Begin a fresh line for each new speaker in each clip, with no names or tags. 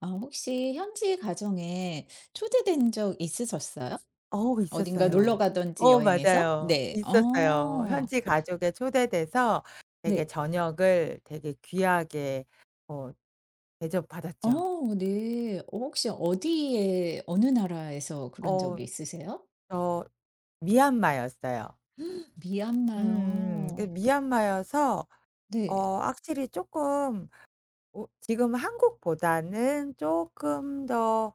아 혹시 현지 가정에 초대된 적 있으셨어요?
어
어딘가 놀러
있었어요.
가든지
어
여행에서?
맞아요.
네.
있었어요.
어.
현지 가족에 초대돼서 되게
네.
저녁을 되게 귀하게 어 대접받았죠.
어 네. 어 혹시 어디에 어느 나라에서 그런
어
적이 있으세요?
저 미얀마였어요. 음음. 그
미얀마요.
미얀마여서
네.
확실히 쪼끔 지금 한국보다는 쪼끔 더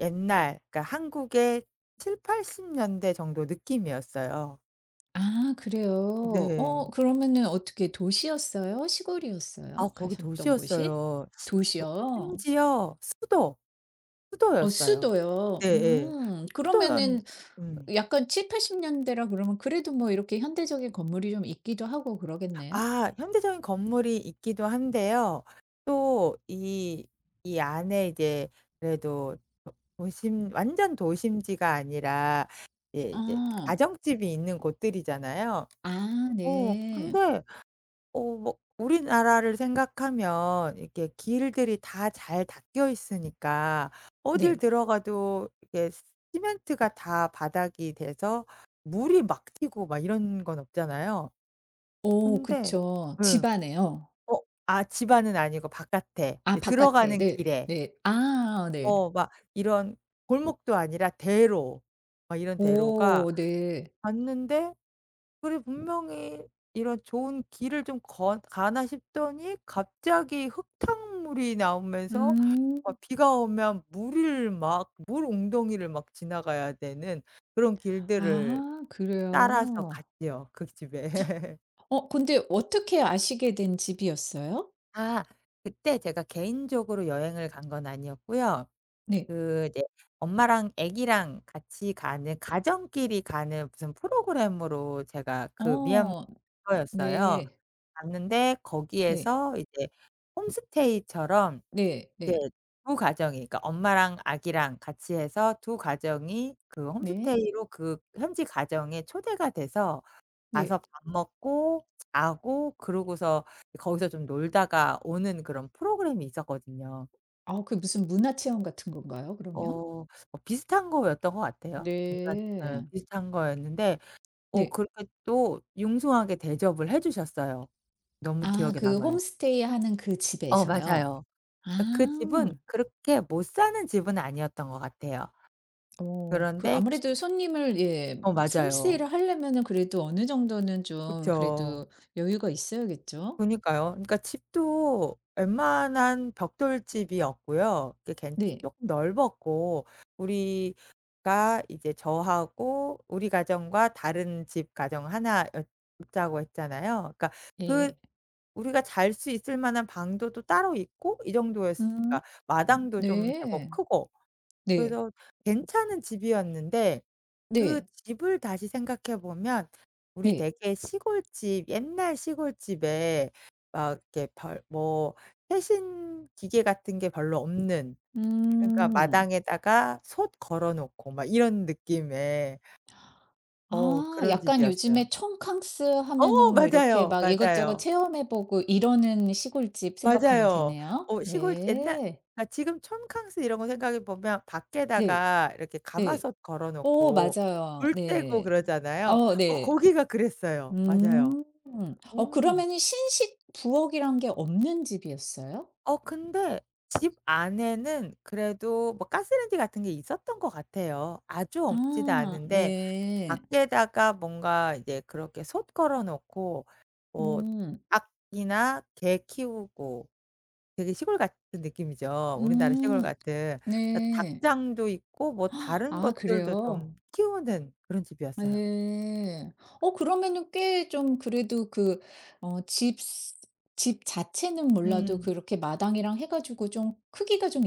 옛날, 그러니까 한국의 70-80 년대 정도 느낌이었어요.
아 그래요?
네.
어 그러면은 어떻게 도시였어요?
아,
시골이었어요?
거기
가셨던 곳이?
도시였어요.
도시요?
심지어 수도,
어
수도였어요.
수도요.
예예.
음.
수도였
그러면은
음.
약간 70-80 년대라 그러면 그래도 뭐 이렇게 현대적인 건물이 좀 있기도 하고 그러겠네요?
아, 현대적인 건물이 있기도 한데요. 또 이 안에 이제 그래도 도 도심 완전 도심지가 아니라 예 이제
어.
가정집이 있는 곳들이잖아요.
아
어
네.
근데 뭐 우리나라를 생각하면 이렇게 길들이 다 잘 닦여 있으니까 어딜
네.
들어가도 이게 시멘트가 다 바닥이 돼서 물이 막 튀고 막 이런 건 없잖아요.
어
근데
그쵸.
예.
집 안에요?
어 아, 집 안은 아니고 바깥에
아
이제
바깥에.
들어가는
네.
길에
네. 아 네.
막 이런, 골목도 아니라 대로, 막 이런 대로가
오 네.
봤는데, 그리고 분명히 이런 좋은 길을 좀 건 가나 싶더니 갑자기 흙탕물이 나오면서
음.
비가 오면 물을 막, 물 웅덩이를 막 지나가야 되는 그런 길들을
아
따라서
그래요?
갔지요, 그 집에.
어 근데 어떻게 아시게 된 집이었어요?
아, 그때 제가 개인적으로 여행을 간 건 아니었고요.
네.
그 이제 엄마랑 아기랑 같이 가는, 가정끼리 가는 무슨 프로그램으로 제가 그 미얀마
어
거였어요,
네.
갔는데
네.
거기에서 이제 홈스테이처럼
네.
이제
네.
두 가정이, 그러니까 엄마랑 아기랑 같이 해서 두 가정이 그
네.
홈스테이로 그 현지 가정에 초대가 돼서 가서
네.
밥 먹고 자고 그러고서 거기서 좀 놀다가 오는 그런 프로그램이 있었거든요.
아 그게 무슨 문화 체험 같은 건가요 그러면?
어. 어 비슷한 거였던 것 같아요. 뭔가, 예
네.
비슷한 거였는데
네.
그렇게 또 융숭하게 대접을 해 주셨어요. 너무
아
기억에
그
남아요.
홈스테이 하는 그
어
집에서요?
맞아요. 그러니까 그
아.
집은 그렇게 못 사는 집은 아니었던 것 같아요.
어 그
그런데 기
아무래도 손님을 예
어 맞아요.
홈스테이를 하려면은 그래도 어느 정도는 좀
그쵸.
그래도 여유가 있어야겠죠?
그니까요. 그러니까 집도 웬만한 벽돌집이었고요. 이게 괜
네.
쪼끔 넓었고, 우리가 이제 저하고 우리 가정과 다른 집 가정 나였 자고 했잖아요. 그러니까 그
예.
우리가 잘 수 있을 만한 방도 또 따로 있고 이
음.
정도였으니까. 마당도 좀 제법
네.
크고
네.
그래서 괜찮은 집이었는데, 그
네.
집을 다시 생각해 보면 우리
네.
되게 시골집, 옛날 시골집에 막 이렇게 별, 뭐 세신 기계 같은 게 별로 없는, 그러니까
음.
마당에다가 솥 걸어 놓고 막 이런 느낌의
아
그런
약간
집이었어요.
요즘에 촌캉스 하면은
어
뭐 이렇게
맞아요.
막 이것저것
맞아요.
체험해 보고 이러는 시골집 생각하면
맞아요.
되네요.
어 시골 옛날,
네.
아 지금 촌캉스 이런 거 생각해 보면
네.
밖에다가 이렇게
네.
가마솥 걸어
어
놓고
맞아요.
물 떼고
네.
그러잖아요.
어
어
네.
거기가 그랬어요. 맞아요.
음. 어
음.
그러면은 신식 부엌이란 게 없는 집이었어요?
어 근데 집 안에는 그래도 뭐 가스레인지 같은 게 있었던 것 같아요. 아주 없지도
아
않은데,
네.
밖에다가 뭔가 이제 그렇게 솥 걸어 놓고 뭐
음.
닭이나 개 키우고, 되게 시골 같은 느낌이죠. 우리나라 시골
음.
같은. 그러니까
네.
닭장도 있고 뭐 다른
아
것들도
그래요?
좀 키우는 그런 집이었어요.
네, 어 그러면은 꽤 좀 그래도 그 어 집 스 집 자체는 몰라도
음.
그렇게 마당이랑 해 가지고 좀 크기가 좀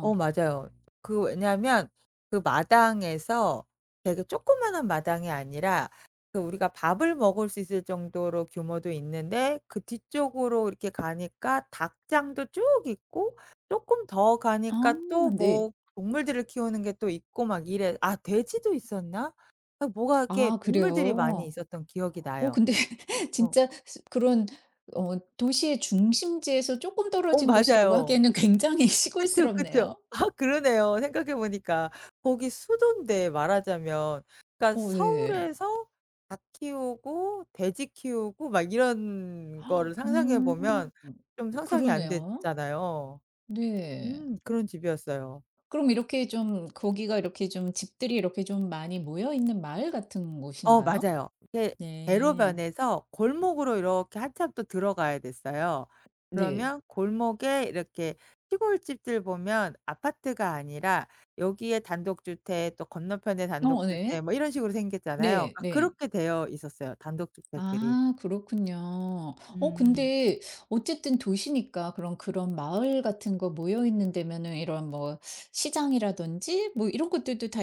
어 맞아요. 그 왜냐하면 그 마당에서, 되게 조그마한 마당이 아니라 그 우리가 밥을 먹을 수 있을 정도로 규모도 있는데, 그 뒤쪽으로 이렇게 가니까 닭장도 쭉 있고, 쪼끔 더
아
가니까 또
네.
뭐 동물들을 키우는 게 또 있고 막 이래. 아, 돼지도 있었나? 아 뭐가 이렇게
아
동물들이 많이
그래요?
있었던 기억이
어
나요.
근데
어.
진짜 그런 어 도시의 중심지에서 조금
어
떨어진 곳이라고
맞아요.
하기에는 굉장히
그쵸, 그쵸.
시골스럽네요.
아 그러네요, 생각해 보니까. 거기 수도인데, 말하자면 그러니까
어 네.
서울에서 닭 키우고 돼지 키우고 막 이런 거를 상상해
음.
보면 좀 상상이 안
그러네요.
되잖아요.
네.
음, 그런 집이었어요.
그럼 이렇게 좀 거기가 이렇게 좀 집들이 이렇게 좀 많이 모여 있는 마을 같은
어
곳인가요?
맞아요. 이게 배로
네.
변해서 골목으로 이렇게 한참 또 들어가야 됐어요.
네.
그러면 골목에 이렇게 시골집들 보면 아파트가 아니라 여기에 단독주택 또 건너편에
어
단독주택
네.
뭐 이런 식으로 생겼잖아요.
네.
아
네.
그렇게 되어 있었어요, 단독주택들이.
아 그렇군요. 어
음음.
근데 어쨌든 도시니까 그런 마을 같은 거 모여 있는 데면은 이런 뭐 시장이라든지 뭐 이런 것들도 다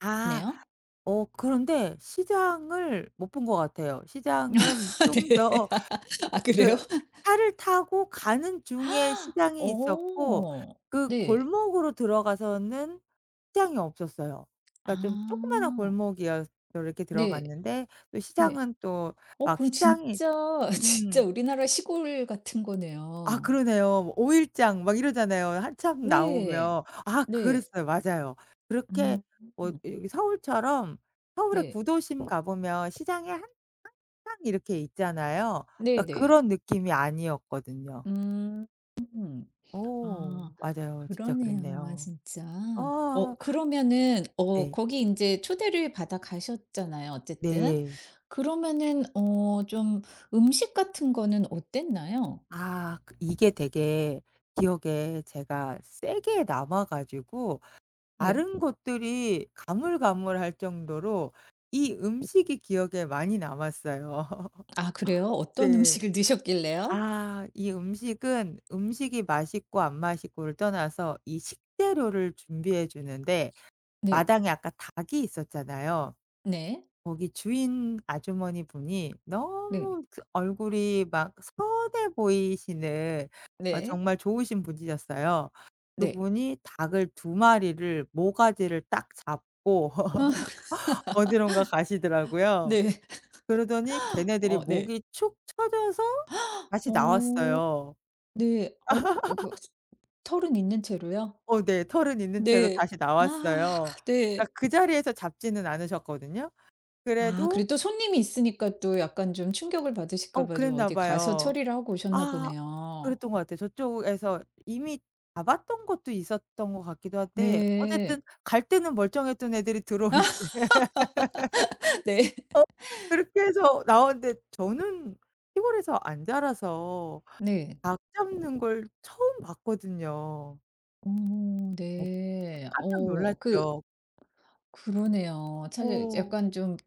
아 그런데 시장을 못 본 것 같아요. 시장은
아,
좀
네.
더
아 그래요?
그 차를 타고 가는 중에
아,
시장이 있었고
어.
그
네.
골목으로 들어가서는 시장이 없었어요. 그러니까 좀 조그마한
아.
골목이어서 이렇게
네.
들어갔는데, 또
네.
시장은 또
어
막,
그럼
시장이
진짜, 진짜
음.
우리나라 시골 같은
아
거네요.
그러네요. 뭐 오일장 막 이러잖아요, 한참
네.
나오면. 아
네.
그랬어요. 맞아요. 그렇게
음.
뭐 여기 서울처럼 서울의
네.
구도심 가 보면 시장에 항 항상 이렇게 있잖아요. 그러니까
네네.
그런 느낌이 아니었거든요.
음. 아
오 맞아요. 진짜
그러네요
그랬네요.
진짜.
아
어 그러면은 어
네.
거기 이제 초대를 받아 가셨잖아요 어쨌든.
네.
그러면은 어 좀 음식 같은 거는 어땠나요?
아 그, 이게 되게 기억에 제가 세게 남아 가지고
네.
다른 것들이 가물가물할 정도로 이 음식이 기억에 많이 남았어요.
아 그래요? 어떤
네.
음식을 드셨길래요?
아 이 음식은, 음식이 맛있고 안 맛있고를 떠나서 이 식재료를 준비해 주는데,
네.
마당에 아까 닭이 있었잖아요.
네.
거기 주인 아주머니 분이
네.
너무 그 얼굴이 막 선해 보이시는,
네.
정말 좋으신 분이셨어요.
네.
그분이 닭을 두 마리를 모가지를 딱 잡고 어디론가 가시더라고요.
네.
그러더니 걔네들이
어 네.
목이 축 처져서 다시
오
나왔어요.
네. 어 그 털은 있는 채로요?
어 네. 털은 있는 채로
네.
다시
아
나왔어요. 그러니까
네.
그 자리에서 잡지는 않으셨거든요.
아
그래도
그리고 또 손님이 있으니까 또 약간 좀 충격을 받으실까 봐 좀
그랬나
어디 가서
봐요.
처리를 하고 오셨나
아
보네요.
그랬던 것 같아요. 저쪽에서 이미 잡았던 것도 있었던 것 같기도 한데, 어쨌든
네.
갈 때는 멀쩡했던 애들이 들어올 때
네.
어 그렇게 해서 나왔는데, 저는 시골에서 안 자라서
네.
닭 잡는 걸 처음 봤거든요.
오,
어
네.
깜짝
오 그
놀랐죠.
그러네요. 사실
어
약간 좀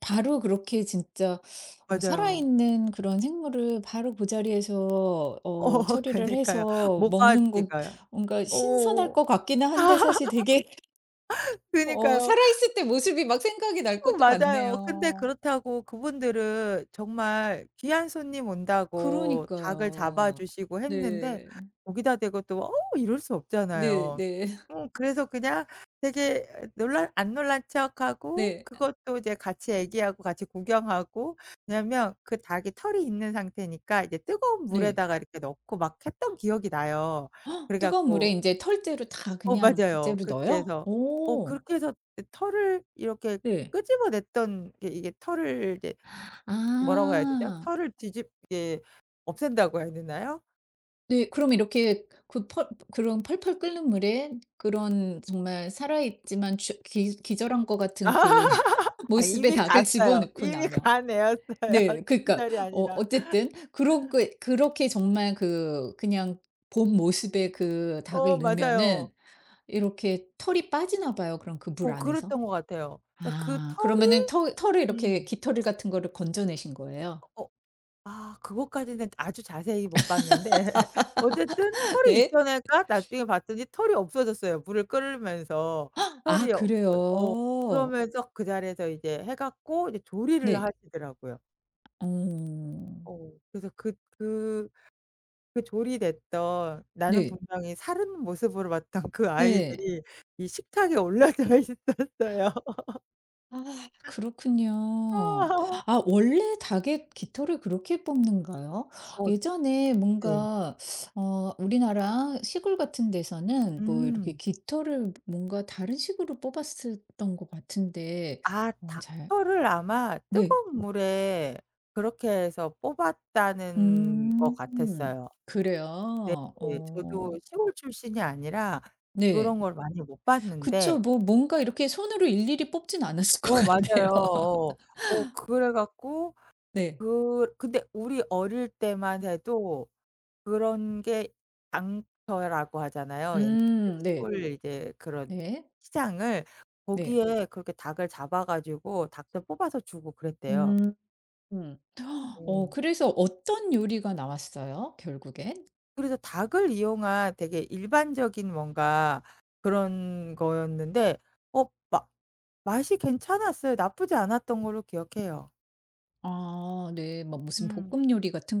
바로 그렇게 진짜 어
맞아요.
살아있는 그런 생물을 바로 그 자리에서 어
어
처리를
그니까요.
해서
뭐가
먹는
지
거
가
뭔가 신선할
어
것 같기는 한데 사실 되게 어
그니까요.
살아있을 때 모습이 막 생각이 날
어
것도
맞아요. 근데
같네요.
그렇다고 그분들은 정말 귀한 손님 온다고 닭을 잡아
그러니까요.
주시고 했는데
네.
거기다 대고 또, 어 이럴 수
네
없잖아요.
네.
어 그래서 그냥 되게 놀란, 안 놀란 척하고
네.
그것도 이제 같이 애기하고 같이 구경하고. 왜냐면 그 닭이 털이 있는 상태니까 이제 뜨거운
네.
물에다가 이렇게 넣고 막 했던 기억이 나요.
헉,
그래
뜨거운 물에
갖고
인제 털째로 다
어
그냥
맞아요.
그대로 넣어요? 오.
그렇게 해서 털을 이렇게
네.
끄집어 냈던 게, 이게 털을 이제 뭐라고 해야 되죠?
아.
털을 뒤집 예, 없앤다고 해야 되나요?
네 그럼 이렇게 그 펄 그런 펄펄 끓는 물에 그런 정말 살아 있지만 기 기절한 것 같은 그
아
모습의
이미
닭을
갔어요.
집어넣고
이미
나면
간 애였어요.
네 그러니까
기절이
어
아니라.
어쨌든 그러게 그렇게 정말 그냥 본 모습의 그
어
닭을
맞아요.
넣으면은 이렇게 털이 빠지나 봐요, 그럼 그 물
어
안에서.
그랬던 것 같아요. 그러니까 그
아
털이
그러면은 털 털을 이렇게
음.
깃털 같은 거를 건져내신 거예요?
어 아 그것까지는 아주 자세히 못 봤는데 어쨌든 털이
네.
있던 애가 나중에 봤더니 털이 없어졌어요, 물을 끓으면서.
아
털이 없어 어,
그래요?
그러면서 그 자리에서 이제 해 갖고 이제 조리를
네.
하시더라고요.
어.
어 그래서 그 조리됐던, 나는
네.
분명히 사은는 모습으로 봤던 그
네.
아이들이 이 식탁에 올라져 있었어요.
아 그렇군요. 아 원래 닭의 깃털을 그렇게 뽑는가요?
어
예전에
네.
뭔가 어 우리나라 시골 같은 데서는 뭐 이렇게
음.
깃털을 뭔가 다른 식으로 뽑았었던 것 같은데
아
어 잘
닭털을 아마
네.
뜨거운 물에 그렇게 해서 뽑았다는 것
음.
같았어요. 네.
그래요? 어.
저도 시골 출신이 아니라
네.
그런 걸 많이 못
그쵸.
봤는데.
뭐 뭔가 이렇게 손으로 일일이 뽑진 않았을 것
어
같네요.
맞아요. 어. 어 그래 갖고
네.
그 근데 우리 어릴 때만 해도 그런 게 장터라고 하잖아요. 옛날
네.
시골 이제 그런
네.
시장을,
네.
거기에 그렇게 닭을 잡아 가지고 닭들 뽑아서 주고 그랬대요.
음. 음. 어
어.
그래서 어떤 요리가 나왔어요? 결국엔?
그래서 닭을 이용한 되게 일반적인 뭔가 그런 거였는데 어 마 맛이 괜찮았어요. 나쁘지 않았던 걸로 기억해요.
아 네. 뭐 무슨
음.
볶음 요리 같은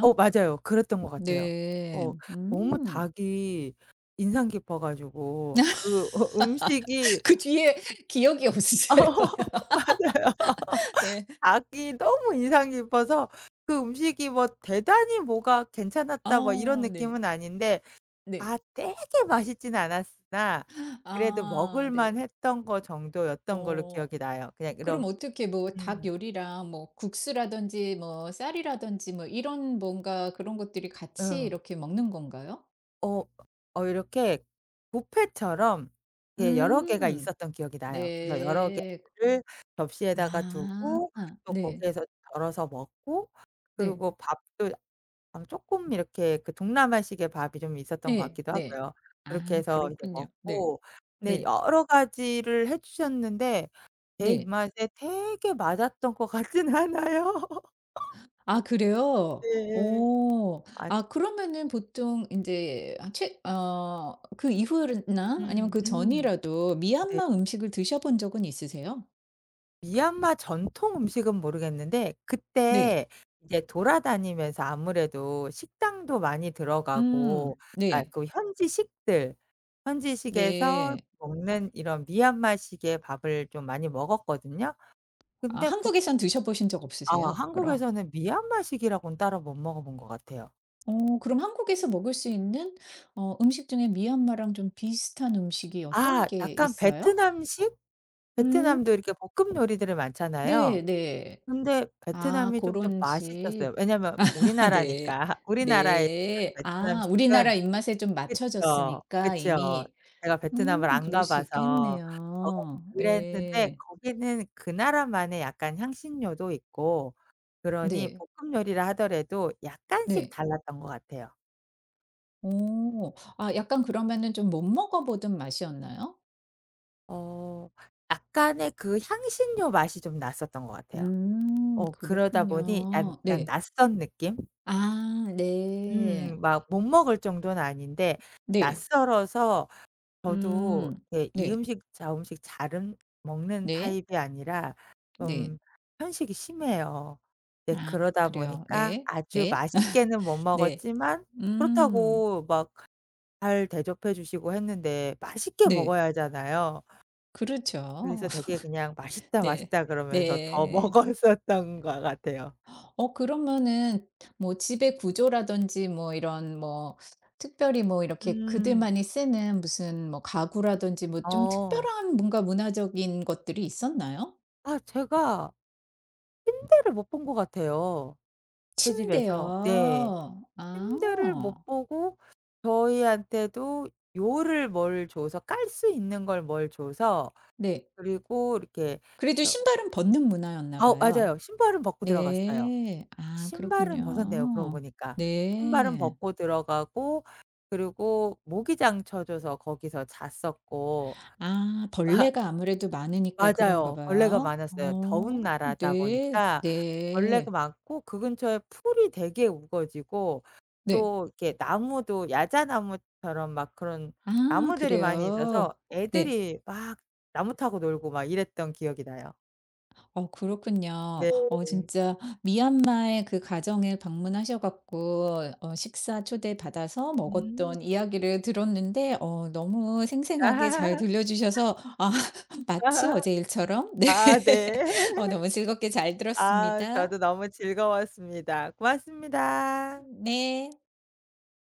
어 맞아요. 그랬던 것 같아요.
네.
어 너무
음.
닭이 인상 깊어 가지고 그 음식이
그 뒤에 기억이
어
없으세요?
맞아요.
네.
닭이 너무 인상 깊어서 그 음식이 뭐 대단히 뭐가 괜찮았다 뭐 이런
아 네.
느낌은 아닌데,
네.
아 되게 맛있진 않았으나 그래도
아
먹을
네.
만했던 거 정도였던 걸로
어.
기억이 나요. 그냥
그럼
이런
어떻게 뭐 닭
음.
요리랑 뭐 국수라든지 뭐 쌀이라든지 뭐 이런 뭔가 그런 것들이 같이
어.
이렇게 먹는 건가요?
어 이렇게 뷔페처럼 이게 여러 개가
음.
있었던 기억이 나요. 그래서 여러
네.
개를 접시에다가 음,
아.
두고 또
네.
거기에서 덜어서 먹고
네.
그리고 밥도, 아 쪼끔 이렇게 그 동남아식의 밥이 좀 있었던 것
네.
같기도
네.
하고요. 그렇게
아
해서 이제
그렇군요. 네.
먹고 네
네.
여러 가지를 해 주셨는데 제
네.
입맛에 되게 맞았던 것 같진 않아요.
아 그래요?
네.
어.
아
아 그러면은 보통 인제 아 최 어 그 이후나 아니면
음 음.
그전이라도 미얀마 음식을 드셔 본 적은 있으세요?
미얀마 전통 음식은 모르겠는데
네.
그때 이제 돌아다니면서 아무래도 식당도 많이 들어가고,
음.
그러니까
네.
그 현지식들, 현지식에서
네.
먹는 이런 미얀마식의 밥을 좀 많이 먹었거든요.
아
근데 복
한국에선 드셔 보신 적
아
없으세요? 그럼?
한국에서는 미얀마식이라고는 따로 못 먹어본 것 같아요.
어 그럼 한국에서 먹을 수 있는 어 음식 중에 미얀마랑 좀 비슷한 음식이
아
어떤 게
약간
있어요?
베트남식?
음.
베트남도 이렇게 볶음 요리들이 많잖아요.
네네.
근데
아
베트남이 좀 더
고런
맛있었어요.
식. 아
왜냐면
네.
우리나라니까. 우리나라에 사는
네. 아 우리나라
베트남식은
입맛에 좀
그쵸,
맞춰졌으니까
그쵸.
이미.
제가 베트남을 안
그럴
가
수
봐서. 어
있겠네요.
그랬는데
네.
거기는 그 나라만의 약간 향신료도 있고 그러니
네.
볶음 요리라 하더라도 약간씩
네.
달랐던 것 같아요.
어. 아 약간 그러면은 좀 못 먹어 보던 맛이었나요?
어 약간의 그 향신료 맛이 좀 났었던 것 같아요. 어 그러다 보니 약
그렇군요.
약간
네.
낯선 느낌?
아 네.
막 못 먹을 정도는 아닌데
네.
낯설어서, 저도
음
이렇게 이
네.
음식 저 음식 잘 먹는
네.
타입이 아니라
네.
좀 편식이 심해요. 네
아
그러다
그래요.
보니까
네.
아주
네.
맛있게는 못
네.
먹었지만,
음
그렇다고 막, 잘 대접해 주시고 했는데 맛있게
네.
먹어야 하잖아요.
그렇죠.
그래서 되게 그냥 "맛있다,
네.
맛있다." 그러면서 더
네.
먹었었던 것 같아요.
어 그러면은 뭐 집의 구조라든지 뭐 이런 뭐 특별히 뭐 이렇게
음.
그들만이 쓰는 무슨 뭐 가구라든지 뭐 좀
어.
특별한 뭔가 문화적인 것들이 있었나요?
아 제가 침대를 못 본 것 같아요, 그 집에서. 네.
침대요. 아.
침대를 못 보고 저희한테도 요를 뭘 줘서 깔 수 있는 걸 뭘 줘서,
네.
그리고 이렇게
그래도
어
신발은 벗는 문화였나
아
봐요.
맞아요. 신발은 벗고 들어갔어요.
네. 아
신발은 벗었네요 그러고
그렇군요.
보니까. 신발은
네.
벗고 들어가고, 그리고 모기장 쳐 줘서 거기서 잤었고.
아 벌레가 아무래도 많으니까 그런가
맞아요. 벌레가
봐요.
많았어요.
어
더운 나라다
네.
보니까 벌레가
네.
많고, 그 근처에 풀이 되게 우거지고
네.
또 이렇게 나무도 야자나무처럼 막 그런
아
나무들이 많이
그래요?
있어서
네.
애들이 막 나무 타고 놀고 막 이랬던 기억이 나요.
어 그렇군요.
네.
어 진짜 미얀마의 그 가정에 방문하셔 갖고 어 식사 초대받아서
음.
먹었던 이야기를 들었는데 어 너무 생생하게 잘 들려 주셔서 아 마치 어제 일처럼 네.
아 네.
어 너무 즐겁게 잘
아
들었습니다.
저도 너무 즐거웠습니다. 고맙습니다.
네.